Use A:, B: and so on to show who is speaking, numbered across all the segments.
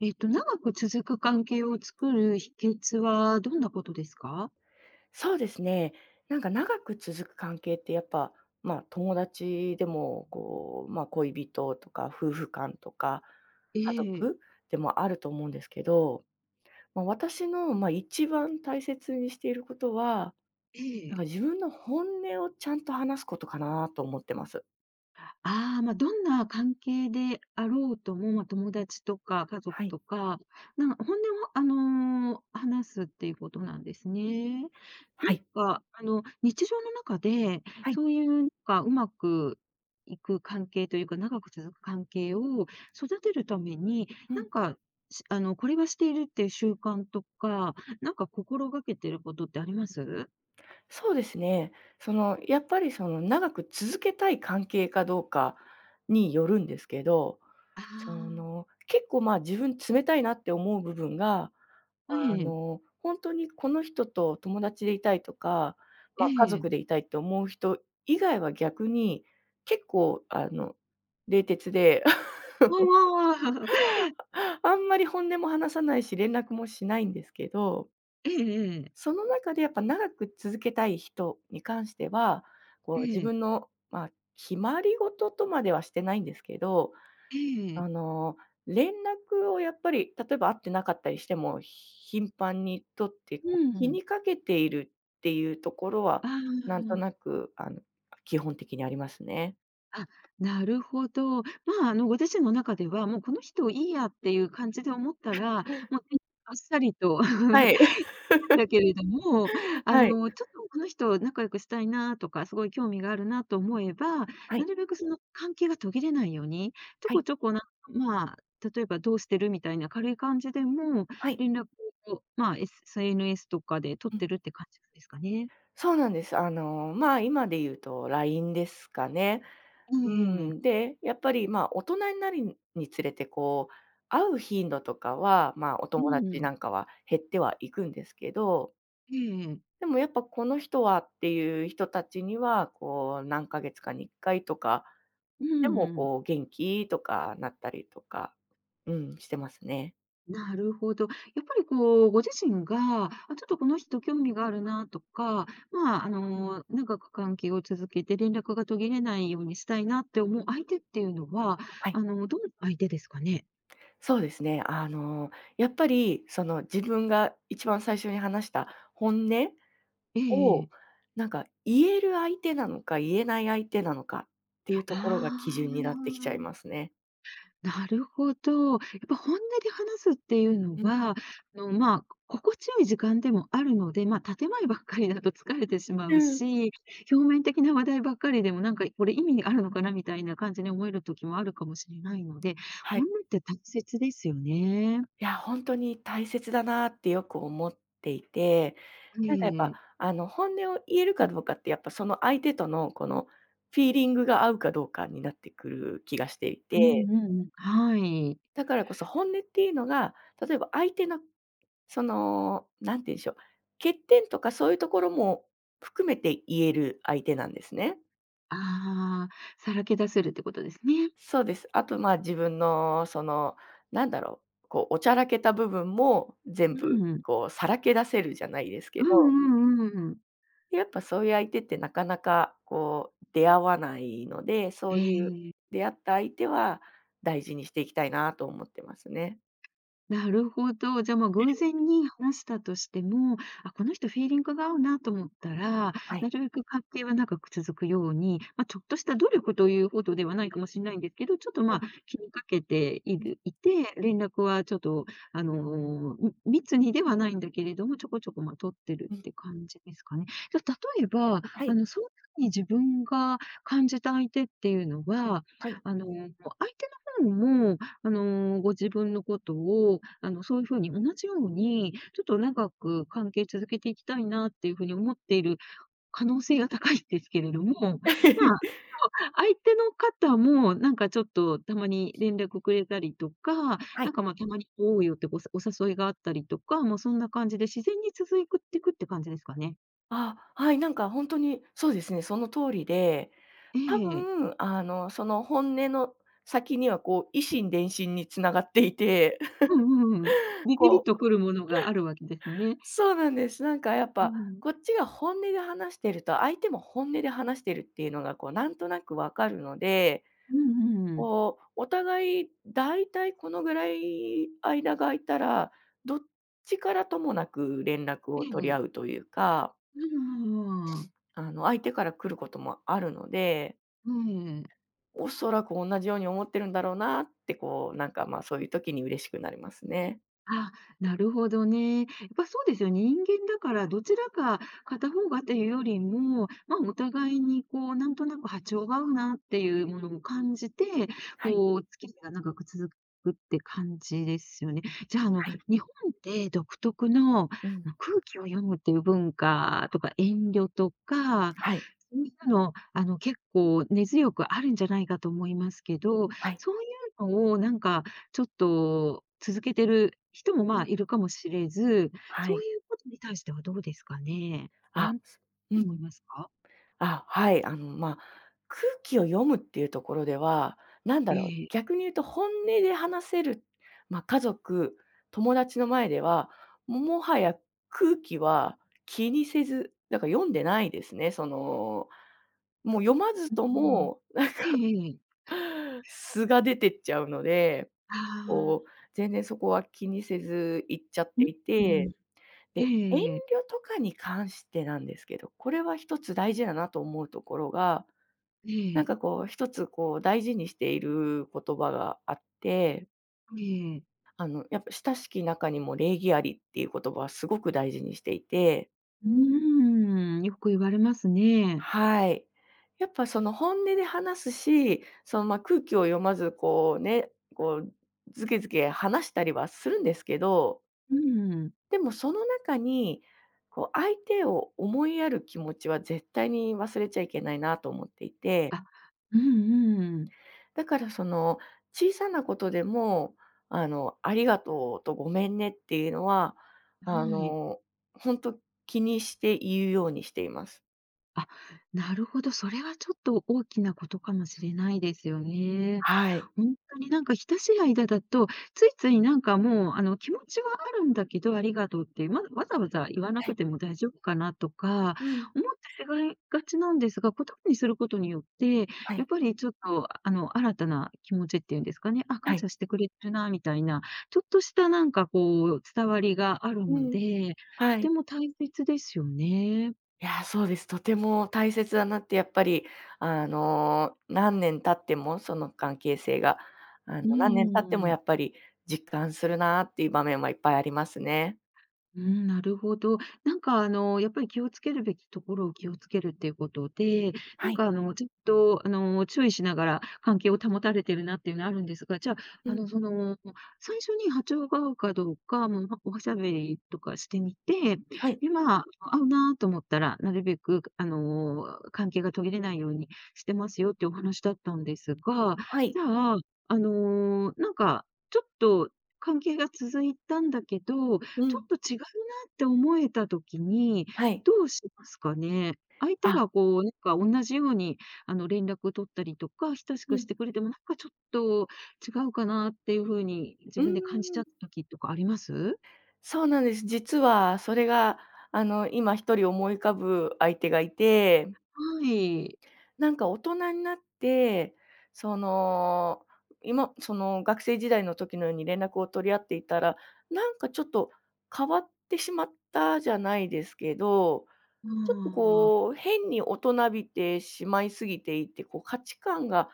A: 長く続く関係を作る秘訣はどんなことですか？
B: そうですね。なんか長く続く関係ってやっぱ、まあ、友達でも、こう、まあ、恋人とか夫婦間とか、
A: え
B: 家
A: え、
B: 族でもあると思うんですけど、まあ、私の、まあ、一番大切にしていることは、
A: え
B: なんか
A: え。
B: 自分の本音をちゃんと話すことかなと思ってます。
A: ああ、まあ、どんな関係であろうとも、まあ、友達とか家
B: は
A: 族
B: い。
A: とか、なんか本音を、話すっていうことなんですね。な
B: は
A: ん
B: い。
A: か、日常の中で、
B: はい。
A: そういうなんかうまくいく関係というか、長く続く関係を育てるために、
B: う
A: な
B: ん。
A: んか、しあの、これはしているっていう習慣とか、なんか心がけてることってあります？
B: そうですね。その、やっぱりその長く続けたい関係かどうかによるんですけど、
A: あ
B: その、
A: あ
B: 結構、まあ、自分冷たいなって思う部分が、
A: ー、
B: あ
A: ええ、
B: の、ほんとにこの人と友達でいたいとか、
A: え
B: まあ、家
A: え。
B: 族でいたいって思う人以外は逆に、結構、あの、冷徹で、
A: わあ。
B: あんまり本音も話さないし、連絡もしないんですけど、
A: ええええわわええええ
B: その中でやっぱ長く続けたい人に関しては、こ
A: え
B: う自
A: え、
B: 分の、まあ、決まり事とまではしてないんですけど、
A: ええ。
B: あの、連絡をやっぱり、例えば会ってなかったりしても、頻繁に取って、
A: う
B: こう気
A: ん。
B: にかけているっていうところは、
A: あ
B: なんとな
A: あ、
B: く、あの、基本的にありますね。
A: あ、なるほど。まあ、ご自身の中では、もうこの人いいやっていう感じで思ったら、もう、ね、あっさりと
B: は い。
A: だけれども、
B: はい。
A: ちょっとこの人仲良くしたいなとか、すごい興味があるなと思えば、
B: は
A: な
B: い。
A: るべくその関係が途切れないように、ちょ
B: は
A: こ
B: い。
A: ちょこなまあ、例えばどうしてるみたいな軽い感じでも、
B: はい。
A: 連絡を、まあ、SNS とかで取っ
B: うん。
A: てるって感じなんですかね。
B: そうなんです。あの、まあ、今で言うと LINE ですかね。
A: え
B: う
A: え
B: ん。
A: え
B: で、やっぱり、まあ、大人になるにつれて、こう、会う頻度とかは、まあ、お
A: う
B: 友達
A: ん
B: なんかは減ってはいくんですけど、
A: ええ。
B: でもやっぱこの人はっていう人たちには、こう何ヶ月かに1回とか
A: う
B: で
A: んう
B: も
A: ん。
B: こう元気とかなったりとか、うん、してますね。
A: なるほど。やっぱりこう、ご自身が、あ、ちょっとこの人興味があるなとか、まあ、
B: うん。
A: 長く関係を続けて連絡が途切れないようにしたいなって思う相手っていうのは、
B: はい。
A: どんな相手ですかね？
B: そうですね。あの、やっぱりその自分が一番最初に話した本音
A: ええええ。
B: を、なんか言える相手なのか、言えない相手なのかっていうと
A: あ
B: ころが基準になってきちゃい
A: あ。
B: ますね。
A: なるほど。やっぱ本音で話すっていうの
B: うん。
A: は、まあ、心地よい時間でもあるので、まあ、建前ばっかりだと疲れてしま
B: う
A: う
B: ん。
A: し、表面的な話題ばっかりでも、なんかこれ意味あるのかなみたいな感じに思える時もあるかもしれないので、
B: は
A: 本
B: い。
A: 音って大切ですよね。
B: いや、本当に大切だなってよく思っていて、
A: え
B: なんかやっぱ、
A: え。
B: あの、本音を言えるかどうかって、やっぱその相手とのこのフィーリングが合うかどうかになってくる気がしてい
A: うん
B: て、
A: うんうん。はい。
B: だからこそ本音っていうのが、例えば相手のその、なんて言うんでしょう、欠点とかそういうところも含めて言える相手なんですね。
A: ああ、さらけ出せるってことですね。
B: そうです。あと、ま、自分のその、なんだろう、こうおちゃらけた部分も全
A: う
B: 部
A: ん。
B: こうさらけ出せるじゃないです
A: う
B: け
A: んう
B: ど、
A: んうんうん。
B: でやっぱそういう相手ってなかなかこう出会わないので、そ
A: え
B: ういう
A: え。
B: 出会った相手は大事にしていきたいなと思ってますね。
A: なるほど。じゃあ、まあ、偶然に話したとしても、あ、この人フィーリングが合うなと思ったら、
B: は
A: な
B: い。
A: るべく関係は長く続くように、まあ、ちょっとした努力というほどではないかもしれないんですけど、ちょっと
B: は
A: ま
B: い。
A: あ、気にかけてい
B: うん、
A: る、いて、連絡はちょっと、あのーみ密にではないんだけれども、ちょこちょこまあ取ってる
B: う
A: っ
B: ん。
A: て感じですかね。じゃあ例えば、
B: はい、
A: そういうふうに自分が感じた相手っていうのは、
B: はい。
A: 相手の方も、ご自分のことを、そういうふうに同じように、ちょっと長く関係続けていきたいなっていうふうに思っている可能性が高いんですけれども、まあ、相手の方もなんかちょっとたまに連絡くれたりとか、
B: は
A: な
B: い。
A: んか、まあ、たまに会おうよってお誘いがあったりとか、もうそんな感じで自然に続いていくって感じですかね。
B: あはい、なんか本当にそうですね、その通りで、
A: え
B: 多
A: え。
B: 分あの、その本音の先にはこう、以心伝心に繋がっていて、
A: うんうんうん。ビ
B: こ
A: ビビッと
B: う
A: くるものがあるわけですよね。
B: そうなんです。なんかやっ
A: う
B: ぱ、
A: ん。
B: こっちが本音で話してると、相手も本音で話してるっていうのが、こうなんとなくわかるので、
A: うんうん。
B: こう、お互いだいたいこのぐらい間が空いたら、どっちからともなく連絡
A: え
B: を取り
A: え。
B: 合うというか、
A: うん
B: あの、相手から来ることもあるので、
A: ええ。
B: おそらく同じように思ってるんだろうなって、こう、なんか、ま、あそういう時に嬉しくなりますね。
A: あ、なるほどね。やっぱそうですよね。人間だから、どちらか片方がっていうよりも、まあ、お互いにこう、なんとなく波長が合うなっていうものを感じて、
B: はい、
A: こう、付き合いが長く続くって感じですよね。じゃあ、
B: はい。
A: 日本って独特の
B: うん。
A: 空気を読むっていう文化とか遠慮とか、
B: はい、
A: そういうの、結構根強くあるんじゃないかと思いますけど、
B: はい。
A: そういうのをなんか、ちょっと続けてる人も、
B: う
A: まあ、
B: ん、
A: いるかもしれず、
B: は
A: そう
B: い。
A: いうことに対してはどうですかね？
B: あ、
A: なん
B: う
A: 思い
B: ん。
A: ますか？
B: あ、はい。あの、まあ、空気を読むっていうところでは、なんだろう、
A: ええ。
B: 逆に言うと本音で話せる、まあ、家族、友達の前では、ももはや空気は気にせず、だから読んでないですね。その、もう読まずと
A: うん。
B: も
A: ええええ。
B: 素が出てっちゃうので、
A: ああ。
B: こう、全然そこは気にせず行っちゃってい
A: うん、
B: て、
A: ええ
B: で、遠慮
A: ええええ。
B: とかに関してなんですけど、これは一つ大事だなと思うところがなん
A: え
B: かこう、一つこう大事にしている言葉があって、
A: えええ。
B: あの、やっぱ親しき中にも礼儀ありっていう言葉はすごく大事にしていて、
A: うーん、よく言われますね。
B: はい。やっぱその本音で話すし、その、ま、空気を読まずこうね、こう、ずけずけ話したりはするんですけど、
A: うん。
B: でもその中に、こう相手を思いやる気持ちは絶対に忘れちゃいけないなと思っていて、
A: あ、うんうん。
B: だからその、小さなことでも、あの、ありがとうとごめんねっていうのは、あ
A: はい。
B: の、ほんと気にして言うようにしています。
A: あ、なるほど、それはちょっと大きなことかもしれないですよね。
B: はい。
A: ほんとになんか親しい間だと、ついついなんかもう、気持ちはあるんだけど、ありがとうって、ま、わざわざ言わな
B: は
A: く
B: い。
A: ても大丈夫かなとか、
B: うん。
A: 思ってしまいがちなんですが、言葉にすることによって、
B: は
A: やっ
B: い、
A: ぱりちょっと、新たな気持ちっていうんですかね、あ、
B: は
A: 感
B: い。
A: 謝してくれてるなみたいな、ちょっとしたなんかこう伝わりがある
B: う
A: の
B: ん、
A: で、
B: は
A: とて
B: い。
A: も大切ですよね。
B: いや、そうです。とても大切だなってやっぱり、あの、何年経っても、その関係性が、あ
A: うん
B: の、何年経っ
A: うん
B: て
A: う
B: もやっ
A: ん。
B: ぱり実感するなっていう場面はいっぱいありますね。
A: うん、なるほど。なんかやっぱり気をつけるべきところを気をつけるっていうことで、な
B: は
A: ん
B: い。
A: かちょっと注意しながら関係を保たれてるなっていうのはあるんですが、じゃあ、
B: う
A: あ
B: ん。
A: の、その、最初に波長が合うかどうか、もう、ま、おしゃべりとかしてみて、
B: はい。
A: で、まあ、合うなと思ったら、なるべく関係が途切れないようにしてますよっていうお話だったんですが、
B: はい。
A: じゃあ、なんかちょっと関係が続いたんだけど、
B: う
A: ちょ
B: ん。
A: っと違うなって思えた時に、
B: はい。
A: どうしますかね？相手
B: あ、
A: がこう、なんか同じように、連絡を取ったりとか、親し
B: う
A: くし
B: ん。
A: てくれても、なんかちょっと違うかなっていう風に自
B: うー
A: 分で感じち
B: ん、
A: ゃった時とかあります？
B: そうなんです。実はそれが、あの、今一人思い浮かぶ相手がいて、
A: はい。
B: なんか大人になって、その、今その、学生時代の時のように連絡を取り合っていたら、なんかちょっと変わってしまったじゃないですけど、ちょっと
A: ああ
B: こう、変に大人びてしまいすぎていて、こう価値観が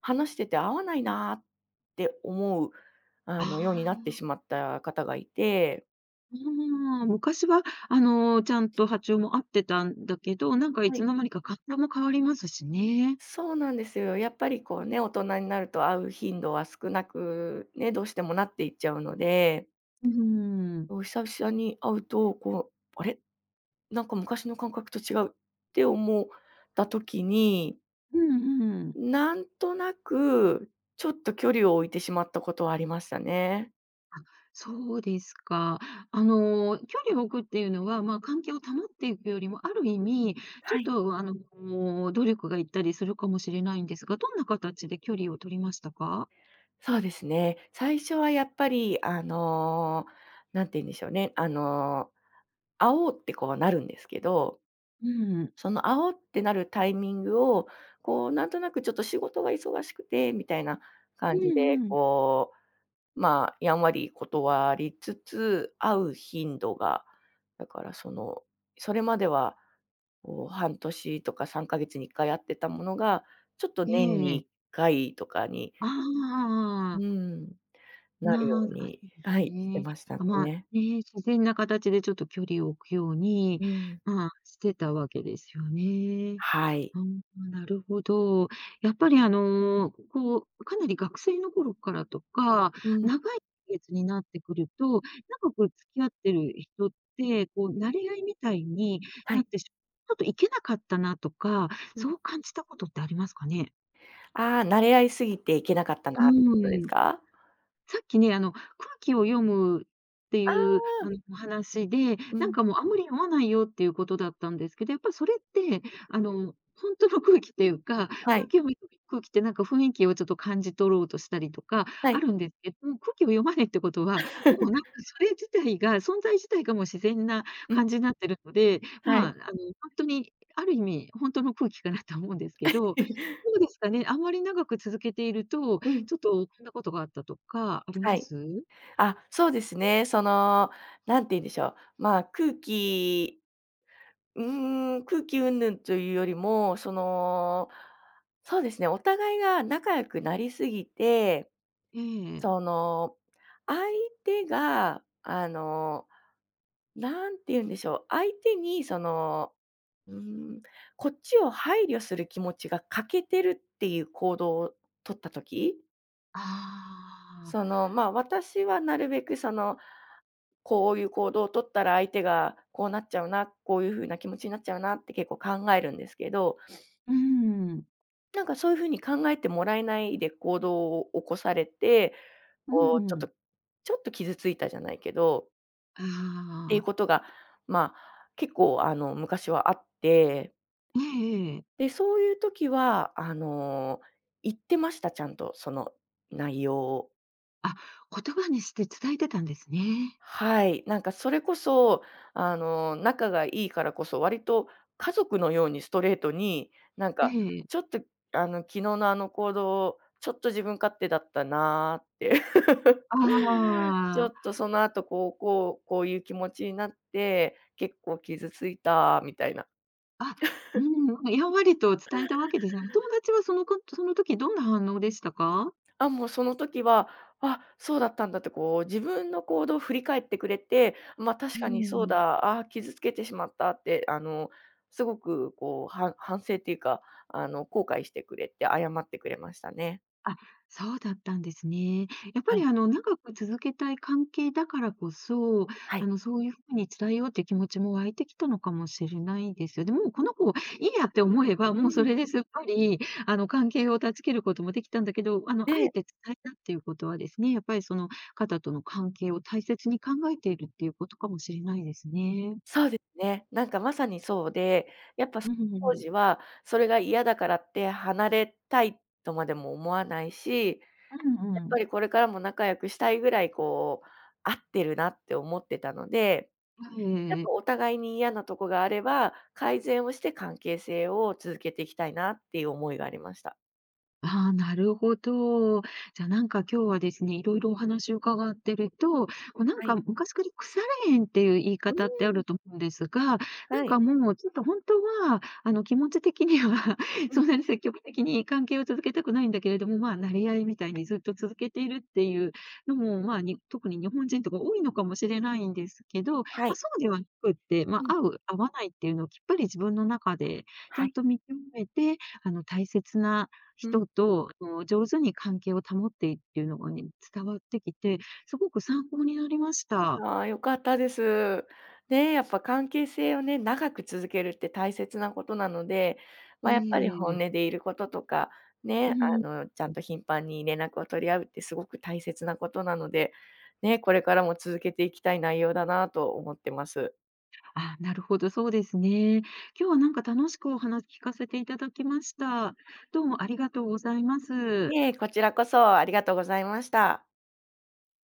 B: 話してて合わないなって思う、あの、ようになって
A: あ
B: しまった方がいて、
A: あ、昔は、ちゃんと波長も合ってたんだけど、なんかい
B: は
A: つ
B: い。
A: の間にか活動も変わりますしね。
B: そうなんですよ。やっぱりこうね、大人になると会う頻度は少なくね、どうしてもなっていっちゃうので、
A: うん。
B: こ久々に会うと、こう、あれなんか昔の感覚と違うって思った時に、
A: うんうん。
B: なんとなく、ちょっと距離を置いてしまったことはありましたね。
A: そうですか。距離を置くっていうのは、まあ、関係を保っていくよりも、ある意味、ちょ
B: は
A: っ
B: い。
A: と、努力がいったりするかもしれないんですが、どんな形で距離を取りましたか？
B: そうですね。最初はやっぱり、なんて言うんでしょうね。会おうってこうなるんですけど、
A: うん。
B: その「あお」ってなるタイミングを、こう、なんとなくちょっと仕事が忙しくてみたいな
A: う
B: 感じ
A: ん
B: で、
A: うん。
B: こう、まあ、やんわり断りつつ、会う頻度が、だからその、それまでは、こう、半年とか3ヶ月に1回会ってたものが、ちょっと
A: え
B: 年に
A: え。
B: 1回とかに、
A: ああ
B: うー
A: ああ。
B: ん、なるよ
A: な
B: う
A: あ、あ、そ
B: に、
A: うです
B: はい、して
A: ね。
B: ました
A: あ、まあ、
B: ね。
A: ね、自然な形でちょっと距離を置くように、
B: うん。
A: まあ、してたわけですよね。
B: はい。
A: ああ、なるほど。やっぱりこう、かなり学生の頃からとか、
B: うん。
A: 長い月になってくると、長く付き合ってる人って、こう、馴れ合いみたいに
B: は
A: なっ
B: い。
A: てしちょっといけなかったなとか、
B: うん。
A: そう感じたことってありますかね？
B: ああ、慣れ合いすぎていけなかった
A: う
B: なってことです
A: ーん。
B: か？
A: さっきね、空気を読むって
B: あ
A: いう
B: あ、
A: お話で、
B: う
A: なん
B: ん、
A: かもうあんまり読まないよっていうことだったんですけど、やっぱそれって、本当の空気っていうか、
B: は
A: 空
B: い、
A: 気を読む空気ってなんか雰囲気をちょっと感じ取ろうとしたりとか
B: は
A: あ
B: い。
A: るんですけど、空気を読まないってことは、もうなん かそれ自体が、存在自体がもう自然な
B: うん、
A: 感じになってるので、
B: は
A: まあ、
B: い。
A: 本当にある意味、本当の空気かなと思うんですけど、どうですかね、あんまり長く続けていると
B: うん、
A: ちょっとこんなことがあったとかあり
B: は
A: ま
B: い。
A: す？
B: あ、そうですね。その、なんて言うんでしょう、まあ、空気うーん、空気云々というよりも、その、そうですね、お互いが仲良くなりすぎて、
A: ええ。
B: その、相手が、あの、なんて言うんでしょう、相手にそのうん、こっちを配慮する気持ちが欠けてるっていう行動を取った時、
A: あ
B: そ
A: あ、
B: の、ま、私はなるべくその、こういう行動を取ったら相手がこうなっちゃうな、こういうふうな気持ちになっちゃうなって結構考えるんですけど、
A: うん、
B: なんかそういうふうに考えてもらえないで行動を起こされて、
A: う
B: こうちょ
A: ん
B: っ
A: うん
B: と傷ついたじゃないけど、
A: あ
B: っていうこ
A: あ、
B: とが、まあ、結構あの昔はあって、
A: ええええ。
B: で、そういう時は、あの、言ってました、ちゃんと、その内容を。
A: あ、言葉にして伝えてたんですね。
B: はい、なんかそれこそ、あの、仲がいいからこそ、割と家族のようにストレートに、なん
A: え
B: か、
A: え。
B: ちょっと、あの、昨日のあの行動、ちょっと自分勝手だったなーって。
A: あ
B: ちょ
A: あ、
B: っとその後、こう、こういう気持ちになって、結構傷ついたみたいな。
A: あ、うん、やんわりと伝えたわけですね。お友達はそのこその時どんな反応でしたか？
B: あ、もうその時は、あ、そうだったんだってこう、自分の行動を振り返ってくれて、まあ、確
A: う
B: かにそう
A: ん。
B: だ、あ傷つけてしまったって、あの、すごくこう、は反省っていうか、あの、後悔してくれて、謝ってくれましたね。
A: あ、そうだったんですね。やっぱ
B: は
A: り
B: い、
A: 長く続けたい関係だからこそ、
B: はい。
A: そういうふうに伝えようって気持ちも湧いてきたのかもしれないですよ。でも、この子、いいやって思えば、
B: う
A: もうそ
B: ん。
A: れですっぱり、関係を断ち切ることもできたんだけど、あえて
B: で
A: 伝えたっていうことはですね、やっぱりその方との関係を大切に考えているっていうことかもしれないですね。
B: そうですね。なんかまさにそうで、やっぱ、その
A: うんうんう
B: 当
A: ん。
B: 時はそれが嫌だからって離れたいとまでも思わないし、
A: うん
B: やっ
A: うん。
B: ぱりこれからも仲良くしたいぐらいこう、合ってるなって思ってたのでやっ
A: え
B: ぱ
A: え
B: お互いに嫌なとこがあれば、改善をして関係性を続けていきたいなっていう思いがありました。
A: ああ、なるほど。じゃあ、なんか今日はですね、いろいろお話を伺ってると、こうなん
B: は
A: か
B: い。
A: 昔から腐れ縁っていう言い
B: うー
A: 方ってある
B: ん。
A: と思うんですが、な
B: は
A: ん
B: い。
A: かもうちょっと本当は、気持ち的には
B: うん。
A: そんなに積極的に関係を続けたくないんだけれども、まあ、馴れ合いみたいにずっと続けているっていうのも、まあに、特に日本人とか多いのかもしれないんですけど、ま
B: は
A: あ、
B: い。
A: そうではなくって、ま
B: うん。
A: あ、合う、合わないっていうのをきっぱり自分の中でち
B: は
A: ゃん
B: い。
A: と見極めて、あの大切な
B: うん。
A: 人と、上手に関係を保っていっていうのがね、伝わってきて、すごく参考になりました。
B: ああ、良かったです。ね、やっぱ関係性をね、長く続けるって大切なことなので、まあ、やっぱり本
A: ええ
B: 音でいることとか、
A: う
B: ね、
A: ん。
B: あの、ちゃんと頻繁に連絡を取り合うってすごく大切なことなので、ね、これからも続けていきたい内容だなと思ってます。
A: あ、なるほど、そうですね。今日はなんか楽しくお話聞かせていただきました。どうもありがとうございま
B: い
A: す。
B: え、こちらこそありがとうございました。